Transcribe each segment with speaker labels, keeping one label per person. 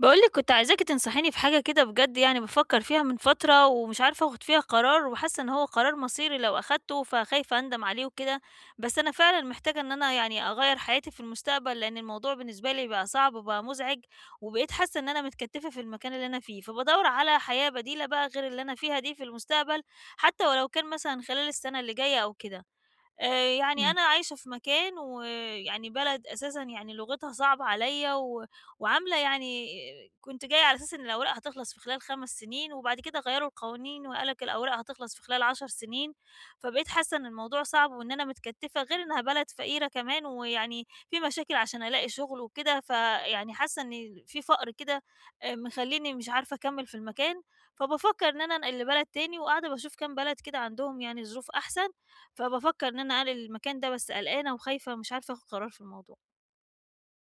Speaker 1: باقول لِك كنت عايزاكِ تنصحيني في حاجة كده بجد، يعني بافكّر فيها من فترة ومش عارفة آخُد فيها قرار، وحاسّة إن هو قرار مصيري لو أخدته، فخايفة أندم عليه وكده. بس أنا فعلًا محتاجة إن أنا يعني أغيّر حياتي في المستقبل، لإن الموضوع بالنسبة لي بقى صعب وبقى مُزعِج، وبقيت حاسّة إن أنا متكتّفة في المكان اللي أنا فيه، فبادوّر على حياة بديلة بقى غير اللي أنا فيها دي في المستقبل، حتى ولو كان مثلًا خلال السَنة اللي جاية أو كده. آآ، يعني
Speaker 2: إمم،
Speaker 1: أنا عايشة في مكان ويعني بلد أساسًا يعني لغتها صعبة عليَّ، و وعاملة يعني كنت جاية على أساس إن الأوراق هتخلص في خلال 5 سنين، وبعد كده غيّروا القوانين وقال لك الأوراق هتخلص في خلال 10 سنين. فبقيت حاسة إن الموضوع صعب وإن أنا متكتفة، غير إنها بلد فقيرة كمان ويعني في مشاكل عشان ألاقي شغل وكده، فيعني حاسة إن في فقر كده، مخلّيني مش عارفة أكمّل في المكان. فبافكّر إن أنا أنقل لبلد تاني، وقاعدة باشوف كام بلد كده عندهم يعني ظروف أحسن، فبافكر إن أنا أنقل المكان ده، بس قلقانة وخايفة مش عارفة آخد قرار في الموضوع.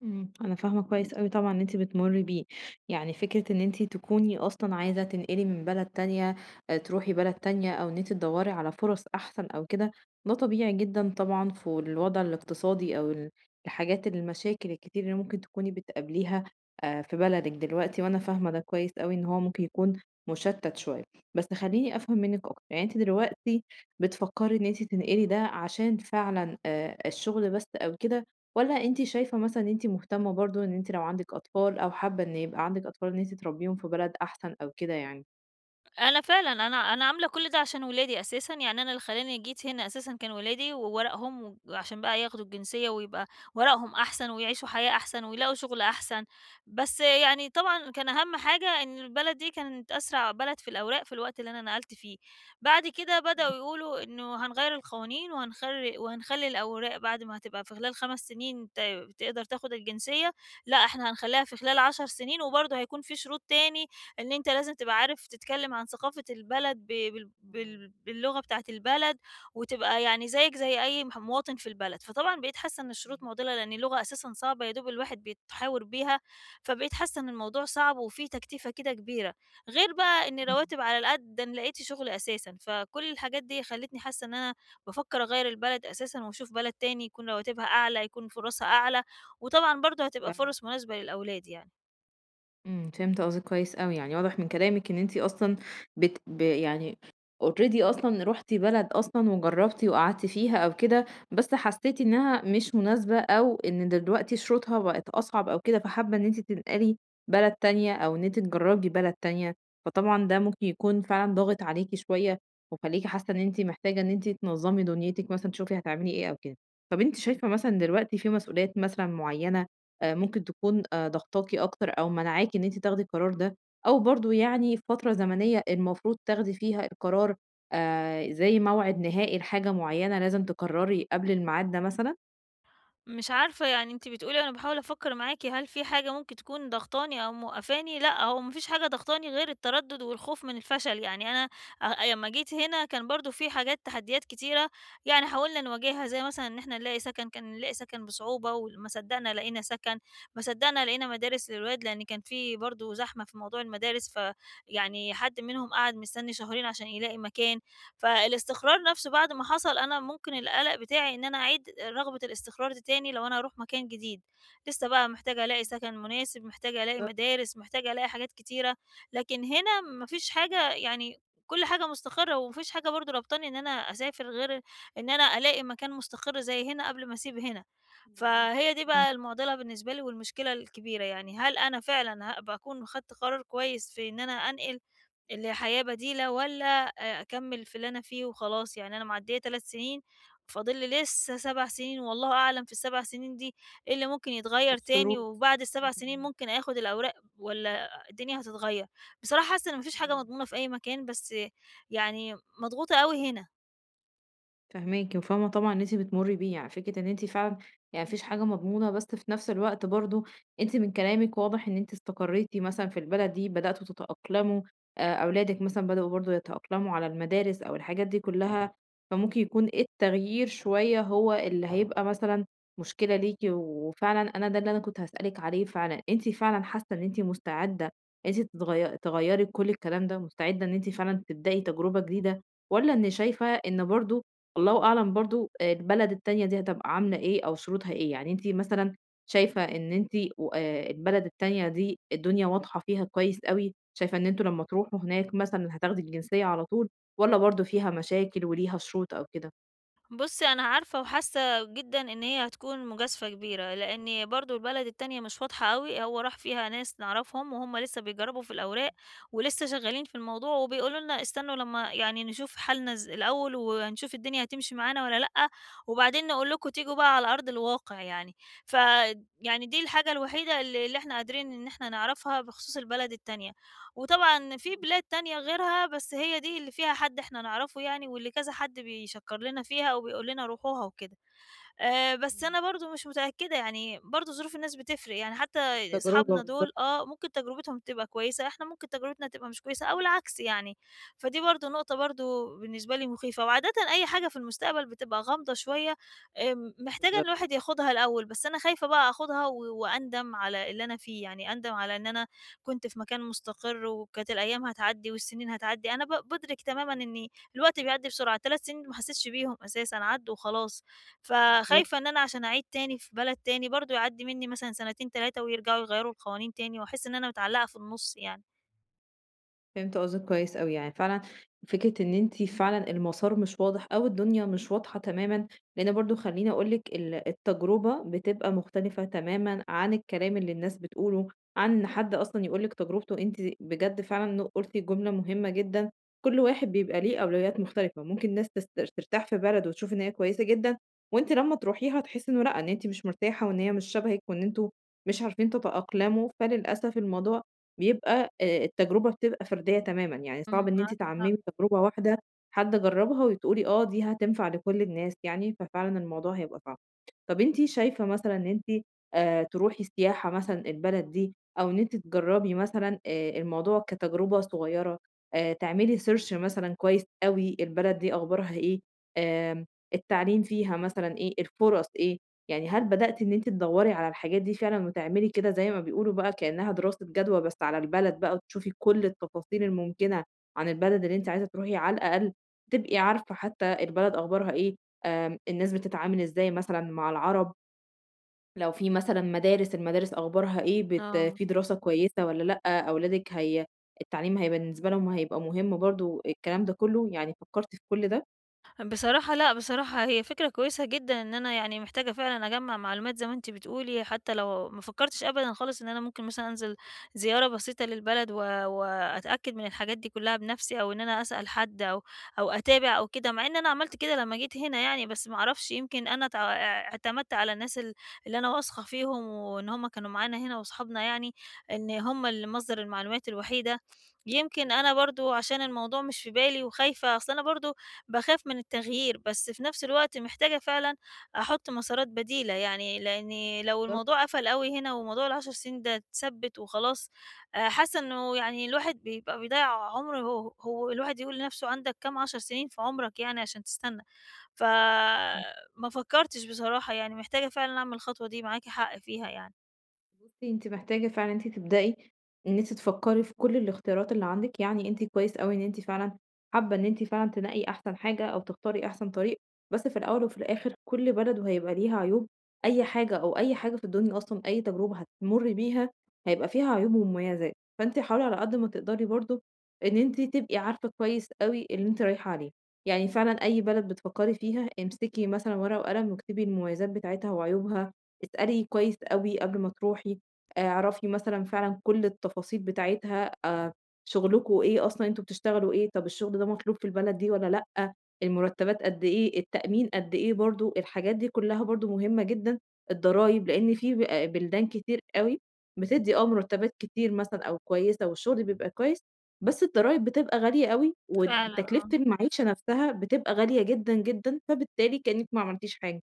Speaker 2: إمم، أنا فاهمة كويس أوي طبعًا اللي أنتِ بتمُرّي بيه، يعني فكرة إن أنتِ تكوني أصلًا عايزة تنقلي من بلد تانية، تروحي بلد تانية أو إن أنتِ تدوّري على فرص أحسن أو كده، ده طبيعي جدًا طبعًا في الوضع الاقتصادي أو ال الحاجات المشاكل الكتير اللي ممكن تكوني بتقابليها في بلدِك دلوقتي، وأنا فاهمة ده كويس أوي إن هو ممكن يكون مُشتّت شوية. بس خلّيني أفهم منِّك أكتر، يعني أنتِ دلوقتي بتفكّري إن أنتِ تنقلي ده عشان فعلًا الشغل بس أو كده والّا أنتِ شايفة مثلًا إن أنتِ مهتمة برضه إن أنتِ لو عندِك أطفال أو حابة إن يبقى عندِك أطفال إن أنتِ تربيهم في بلد أحسن أو كده يعني؟
Speaker 1: أنا فعلًا أنا عاملة كل ده عشان ولادي أساسًا، يعني أنا اللي خلّاني جيت هنا أساسًا كان ولادي وورقهم، وعشان بقى ياخدوا الجنسية ويبقى ورقهم أحسن، ويعيشوا حياة أحسن، ويلاقوا شغل أحسن. بس يعني طبعًا كان أهم حاجة إن البلد دي كانت أسرع بلد في الأوراق في الوقت اللي أنا نقلت فيه. بعد كده
Speaker 2: إمم،
Speaker 1: بدأوا يقولوا إنه هنغيّر القوانين وهنخرّ وهنخلّي الأوراق بعد ما هتبقى في خلال 5 سنين تقدر تاخد الجنسية، لأ إحنا هنخلّيها في خلال 10 سنين، وبرضه هيكون في شروط تاني إن أنت لازم تبقى عارف تتكلم عن ثقافة البلد ب بال
Speaker 2: إمم،
Speaker 1: بال باللغة بتاعة البلد، وتبقى يعني زيك زي أي مواطن في البلد. فطبعًا بقيت حاسة إن الشروط
Speaker 2: إمم،
Speaker 1: معضلة، لأن اللغة أساسًا صعبة يا دوب الواحد بيتحاور بيها. فبقيت حاسة إن الموضوع صعب وفيه تكتيفة كده كبيرة، غير بقى إن
Speaker 2: إمم،
Speaker 1: الرواتب على القد، ده أنا لقيتش شغل أساسًا. فكل الحاجات دي خلّتني حاسة إن أنا بافكر أغيّر البلد أساسًا، وأشوف بلد تاني يكون رواتبها أعلى، يكون فرصها أعلى، وطبعًا برضه هتبقى
Speaker 2: فاهماكِ.
Speaker 1: فرص مناسبة للأولاد يعني.
Speaker 2: إمم، فهمت قصدِك كويس أوي، يعني واضح من كلامِك إن أنتِ أصلًا بت ب يعني already أصلًا رُحتِ بلد أصلًا وجرّبتِ وقعدتِ فيها أو كده، بس حسيتِ إنها مش مناسبة أو إن دلوقتي شروطها بقت أصعب أو كده، فحابة إن أنتِ تنقلي بلد تانية أو إن أنتِ تجرّبي بلد تانية، فطبعًا ده ممكن يكون فعلًا ضاغط عليكِ شوية ومخلّيكِ حاسة إن أنتِ محتاجة إن أنتِ تنظّمي دنيتِك مثلًا تشوفي هتعملي إيه أو كده. طَب أنتِ شايفة مثلًا دلوقتي في مسؤوليات مثلًا معيّنة ممكن تكون ضاغطاكِ أكتر أو مانعاكِ إن أنتِ تاخدي القرار ده، أو برضه يعني في فترة زمنية المفروض تاخدي فيها القرار زي موعد نهائي لحاجة معيّنة لازم تقرري قبل الميعاد ده مثلًا؟
Speaker 1: مش عارفة، يعني أنتِ بتقولي أنا باحاول أفكّر معاكِ، هل في حاجة ممكن تكون ضاغطاني أو موقّفاني؟ لأ، هو ما فيش حاجة ضاغطاني غير التردُّد والخوف من الفشل. يعني أنا لمّا جيت هنا كان برضه في حاجات تحديات كتيرة، يعني حاولنا نواجهها، زي مثلًا إن إحنا نلاقي سَكَن، كان نلاقي سَكَن بصعوبة وما صدّقنا لقينا سَكَن. ما صدّقنا لقينا مدارس للولاد، لإن كان في برضه زحمة في موضوع المدارس، فيعني حد منهم قعد مستني شهرين عشان يلاقي مكان. فالاستقرار نفسه بعد ما حصل، أنا ممكن القلق بتاعي إن أنا أعيد رغبة الاستقرار دي تاني لو أنا هاروح مكان جديد، لسه بقى محتاجة ألاقي سكن مناسب، محتاجة ألاقي
Speaker 2: بالضبط،
Speaker 1: مدارس، محتاجة ألاقي حاجات كتيرة. لكن هنا ما فيش حاجة يعني، كل حاجة مستقرة، وما فيش حاجة برضه رابطاني إن أنا أسافر غير إن أنا ألاقي مكان مستقر زي هنا قبل ما أسيب هنا.
Speaker 2: بالضبط.
Speaker 1: فهي دي
Speaker 2: إمم.
Speaker 1: بقى المعضلة بالنسبة لي والمشكلة الكبيرة، يعني هل أنا فعلًا هابقى أكون خدت قرار كويس في إن أنا أنقل لحياة بديلة، والّا أكمّل في اللي أنا فيه وخلاص؟ يعني أنا معديّة 3 سنين، فاضل لي لسه 7 سنين، والله أعلم في ال7 سنين دي إيه اللي ممكن يتغيّر تاني،
Speaker 2: الشروط.
Speaker 1: وبعد
Speaker 2: إمم،
Speaker 1: ال7 سنين
Speaker 2: إمم.
Speaker 1: ممكن آخُد الأوراق والّا الدنيا هتتغيّر. بصراحة حاسّة إن ما فيش حاجة
Speaker 2: أيوه.
Speaker 1: مضمونة في أي مكان، بس يعني مضغوطة أوي هنا.
Speaker 2: فاهماكِ، وفاهمة طبعًا اللي أنتِ بتمُرّي بيه، يعني فكرة إن أنتِ فعلًا يعني ما فيش حاجة مضمونة، بس في نفس الوقت برضه أنتِ من كلامِك واضح إن أنتِ استقريتِ مثلًا في البلد دي، بدأتوا تتأقلموا، أولادِك مثلًا بدأوا برضه يتأقلموا على المدارس أو الحاجات دي كلّها، فممكن يكون التغيير شوية هو اللي هيبقى مثلًا مشكلة ليكِ، وفعلًا أنا ده اللي أنا كنت هاسألِك عليه فعلًا، أنتِ فعلًا حاسة إن أنتِ مستعدة إن أنتِ تغيّري كل الكلام ده، مستعدة إن أنتِ فعلًا تبدئي تجربة جديدة، والّا إن شايفة إن برضه الله أعلم برضه البلد التانية دي هتبقى عاملة إيه أو شروطها إيه، يعني أنتِ مثلًا شايفة إن أنتِ و البلد التانية دي الدنيا واضحة فيها كويس أوي، شايفة إن أنتم لمّا تروحوا هناك مثلًا هتاخدي الجنسية على طول، والّا برضه فيها مشاكل وليها شروط أو كده؟
Speaker 1: بُصّي، أنا عارفة وحاسة جدًا إن هي هتكون مجازفة كبيرة، لإن برضه البلد التانية مش واضحة أوي، هو راح فيها ناس نعرفهم وهُم لسه بيجربوا في الأوراق، ولسه شغالين في الموضوع، وبيقولوا لنا استنوا لمّا يعني نشوف حالنا ز الأول ونشوف الدنيا هتمشي معانا والّا لأ، وبعدين نقول لكم تيجوا بقى على أرض الواقع يعني. ف يعني دي الحاجة الوحيدة اللي إحنا قادرين إن إحنا نعرفها بخصوص البلد التانية. وطبعًا في بلاد تانية غيرها، بس هي دي اللي فيها حد إحنا نعرفه يعني، واللي كذا حد بيشكّر لنا فيها وبيقول لنا روحوها وكده. بس
Speaker 2: إمم،
Speaker 1: أنا برضه مش متأكدة، يعني برضه ظروف الناس بتفرق، يعني حتى
Speaker 2: التجربة
Speaker 1: أصحابنا دول
Speaker 2: بالضبط،
Speaker 1: آه، ممكن تجربتهم تبقى كويسة، إحنا ممكن تجربتنا تبقى مش كويسة أو العكس يعني. فدي برضه نقطة برضه بالنسبة لي مخيفة، وعادةً أي حاجة في المستقبل بتبقى غامضة شوية، محتاجة إن
Speaker 2: بالضبط،
Speaker 1: الواحد ياخدها الأول، بس أنا خايفة بقى آخدها، وأندم على اللي أنا فيه، يعني أندم على إن أنا كنت في مكان مستقر وكانت الأيام هتعدّي والسنين هتعدّي. أنا بادرك تمامًا إن الوقت بيعدّي بسرعة، ال3 سنين ما حسيتش بيهم أساسًا، عدّوا وخلاص.
Speaker 2: بالضبط.
Speaker 1: فخايفة إن أنا عشان أعيد تاني في بلد تاني برضه يعدّي منّي مثلًا سنتين 3، ويرجعوا يغيّروا القوانين تاني، وأحس إن أنا متعلقة في النُص يعني.
Speaker 2: فهمت قصدِك كويس أوي، يعني فعلًا فكرة إن أنتِ فعلًا المسار مش واضح أو الدنيا مش واضحة تمامًا، لإن برضه خلّيني أقول لِك التجربة بتبقى مختلفة تمامًا عن الكلام اللي الناس بتقوله، عن إن حد أصلًا يقول لِك تجربته، أنتِ بجد فعلًا قُلتِ جملة مهمة جدًا، كل واحد بيبقى ليه أولويات مختلفة، ممكن ناس تس ترتاح في بلد وتشوف إن هي كويسة جدًا، وأنتِ لمّا تروحيها تحسّي إنه لأ، إن أنتِ مش مرتاحة وإن هي مش شبهِك وإن أنتم مش عارفين تتأقلموا، فللأسف الموضوع بيبقى التجربة بتبقى فردية تمامًا، يعني
Speaker 1: إمم،
Speaker 2: صعب إن أنتِ
Speaker 1: معاكِ حق،
Speaker 2: تعمّمي تجربة واحدة حد جرّبها وتقولي آه دي هتنفع لكل الناس يعني، ففعلًا الموضوع هيبقى صعب. طَب أنتِ شايفة مثلًا إن أنتِ تروحي سياحة مثلًا البلد دي، أو إن أنتِ تجرّبي مثلًا الموضوع كتجربة صغيّرة، تعملي search مثلًا كويس أوي البلد دي أخبارها إيه، آمم التعليم فيها مثلًا إيه، الفُرَص إيه، يعني هل بدأتِ إن أنتِ تدوّري على الحاجات دي فعلًا وتعملي كده زي ما بيقولوا بقى كإنها دراسة جدوى بس على البلد بقى وتشوفي كل التفاصيل الممكنة عن البلد اللي أنتِ عايزة تروحيها على الأقل تبقي عارفة حتى البلد أخبارها إيه، آمم، الناس بتتعامل إزاي مثلًا مع العرب، لو في مثلًا مدارس، المدارس أخبارها إيه،
Speaker 1: آه.
Speaker 2: في دراسة كويسة والّا لأ، أولادِك التعليم هيبقى بالنسبة لهم هيبقى مهم برضه، الكلام ده كله، يعني فكّرتِ في كل ده؟
Speaker 1: بصراحة لأ، بصراحة هي فكرة كويسة جدًا إن أنا يعني محتاجة فعلًا أجمّع معلومات زي ما أنتِ بتقولي، حتى لو ما فكّرتش أبدًا خالص إن أنا ممكن مثلًا أنزل زيارة بسيطة للبلد، وأتأكد من الحاجات دي كلّها بنَفْسي، أو إن أنا أسأل حد أو أو أتابع أو كده، مع إن أنا عملت كده لمّا جيت هنا يعني. بس ما أعرفش، يمكن أنا اعتمدت على الناس اللي أنا واثقة فيهم، وإن هم كانوا معانا هنا وأصحابنا يعني، إن هم اللي مصدر المعلومات الوحيدة. يمكن أنا برضه عشان الموضوع مش في بالي وخايفة، أصل أنا برضه باخاف من التغيير، بس في نفس الوقت محتاجة فعلًا أحُط مسارات بديلة، يعني لإني لو
Speaker 2: بالضبط.
Speaker 1: الموضوع قفل أوي هنا وموضوع ال10 سنين ده اتثبِّت وخلاص، حاسة إنه يعني الواحد بيبقى بيضيّع عُمر، هو الواحد يقول لنفسه عندك كام 10 سنين في عُمرك يعني عشان تستنى. فما فكّرتش بصراحة يعني، محتاجة فعلًا أعمل الخطوة دي، معاكِ حق فيها يعني،
Speaker 2: بُصّي، أنتِ محتاجة فعلًا إن أنتِ تبدئي إن أنتِ تفكّري في كل الاختيارات اللي عندِك، يعني أنتِ كويس أوي إن أنتِ فعلًا حابة إن أنتِ فعلًا تنقّي أحسن حاجة أو تختاري أحسن طريق، بس في الأول وفي الآخر كل بلد وهيبقى ليها عيوب، أي حاجة أو أي حاجة في الدنيا أصلًا أي تجربة هتمُرّي بيها هيبقى فيها عيوب ومميزات، فأنتِ حاولي على قد ما تقدري برضه إن أنتِ تبقي عارفة كويس أوي اللي أنتِ رايحة عليه، يعني فعلًا أي بلد بتفكّري فيها امسكي مثلًا ورقة وقلم واكتبي المميزات بتاعتها وعيوبها اسألي كويس أوي قبل ما تروحي، آه، اعرفي مثلًا فعلًا كل التفاصيل بتاعتها، شغلكم إيه أصلًا، أنتم بتشتغلوا إيه، طب الشغل ده مطلوب في البلد دي والّا لأ، المرتبات قد إيه، التأمين قد إيه برضه، الحاجات دي كلها برضه مهمة جدًا، الضرايب لإن في ب آه، بلدان كتير أوي بتدّي آه مرتبات كتير مثلًا أو كويسة والشغل بيبقى كويس، بس الضرايب بتبقى غالية أوي
Speaker 1: فعلًا.
Speaker 2: وتكلفة المعيشة نفسها بتبقى غالية جدًا، جدًا، فبالتالي كأنِّك ما عملتيش حاجة.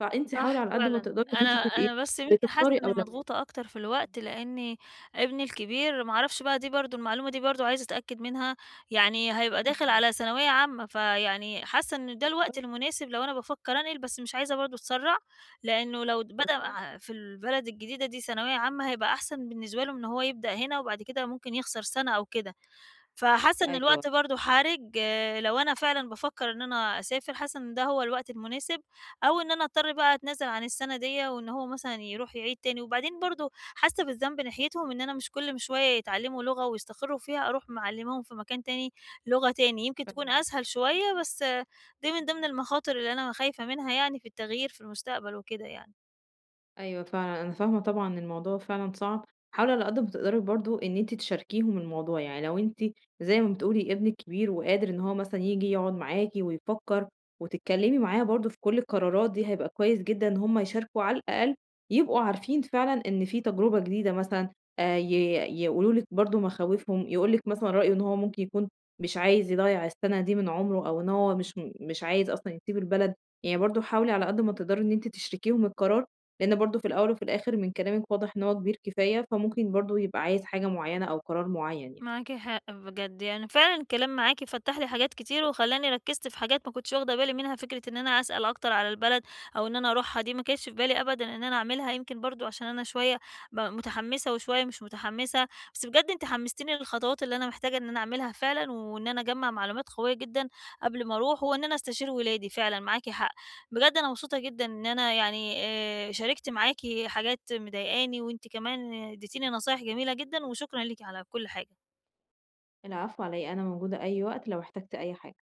Speaker 2: فأنتِ حاولي
Speaker 1: صح
Speaker 2: على قد ما
Speaker 1: فعلًا،
Speaker 2: تقدري إن أنتِ
Speaker 1: أنا
Speaker 2: تبقي
Speaker 1: أنا بس يمكن حاسة
Speaker 2: بتختاري
Speaker 1: إني
Speaker 2: أولويات.
Speaker 1: مضغوطة أكتر في الوقت، لإني ابني الكبير ما أعرفش بقى، دي برضه المعلومة دي برضه عايزة أتأكد منها، يعني هيبقى داخل
Speaker 2: إمم.
Speaker 1: على ثانوية عامة، فيعني حاسة إن ده الوقت
Speaker 2: بالضبط،
Speaker 1: المناسب لو أنا بافكر أنقل، بس مش عايزة برضه أتسرّع، لإنه لو بدأ
Speaker 2: بالضبط.
Speaker 1: في البلد الجديدة دي ثانوية عامة، هيبقى أحسن بالنسبة له إن هو يبدأ هنا، وبعد كده ممكن يخسر سنة أو كده. فحاسة إن الوقت
Speaker 2: أيوه.
Speaker 1: برضه حارج، آه لو أنا فعلًا بافكّر إن أنا أسافر، حاسة إن ده هو الوقت المناسب، أو إن أنا أضطر بقى أتنازل عن السنة ديّة، وإن هو مثلًا يروح يعيد تاني. وبعدين برضه حاسة بالذنب ناحيتهم إن أنا مش كل ما شوية يتعلموا لغة ويستقروا فيها، أروح معلماهم في مكان تاني لغة تاني، يمكن تكون
Speaker 2: فاهماكِ.
Speaker 1: أسهل شوية، بس آه، دي من ضمن المخاطر اللي أنا خايفة منها يعني في التغيير في المستقبل وكده يعني.
Speaker 2: أيوه فعلًا، أنا فاهمة طبعًا إن الموضوع فعلًا صعب، حاولي على قد ما تقدري برضه إن أنتِ تشاركيهم الموضوع، يعني لو أنتِ زي ما بتقولي ابنِك كبير وقادر إن هو مثلًا ييجي يقعد معاكِ ويفكّر وتتكلّمي معاه برضه في كل القرارات دي، هيبقى كويس جدًا إن هم يشاركوا على الأقل يبقوا عارفين فعلًا إن في تجربة جديدة مثلًا ي يقولوا لِك برضه مخاوفهم، يقول لِك مثلًا رأيه إن هو ممكن يكون مش عايز يضيّع السَنة دي من عُمره أو إن هو مش عايز أصلًا يسيب البلد، يعني برضه حاولي على قد ما تقدري إن أنتِ تشركيهم القرار لأن برضه في الأول وفي الآخر من كلامِك واضح إن هو كبير كفاية، فممكن برضه يبقى عايز حاجة معيّنة أو قرار معيّن يعني.
Speaker 1: معاكِ حق بجد، يعني فعلًا الكلام معاكِ فتّح لي حاجات كتير، وخلّاني ركّزت في حاجات ما كنتش واخدة بالي منها. فكرة إن أنا أسأل أكتر على البلد أو إن أنا أروحها دي ما كانتش في بالي أبدًا إن أنا أعملها، يمكن برضه عشان أنا شوية متحمّسة وشوية مش متحمّسة. بس بجد أنتِ حمّستيني للخطوات اللي أنا محتاجة إن أنا أعملها فعلًا، وإن أنا أجمّع معلومات قوية جدًا قبل ما أروح، وإن أنا أستشير ولادي، فعلًا معاكِ حق. بجد أنا مبسوطة جدًا إن أنا يعني شاركت معاكِ حاجات مضايقاني، وأنتِ كمان ادّيتيني نصايح جميلة جدًا، وشكرًا ليكِ على كُلّ حاجة.
Speaker 2: العفو على إيه، أنا موجودة أي وقت لو احتجت أي حاجة.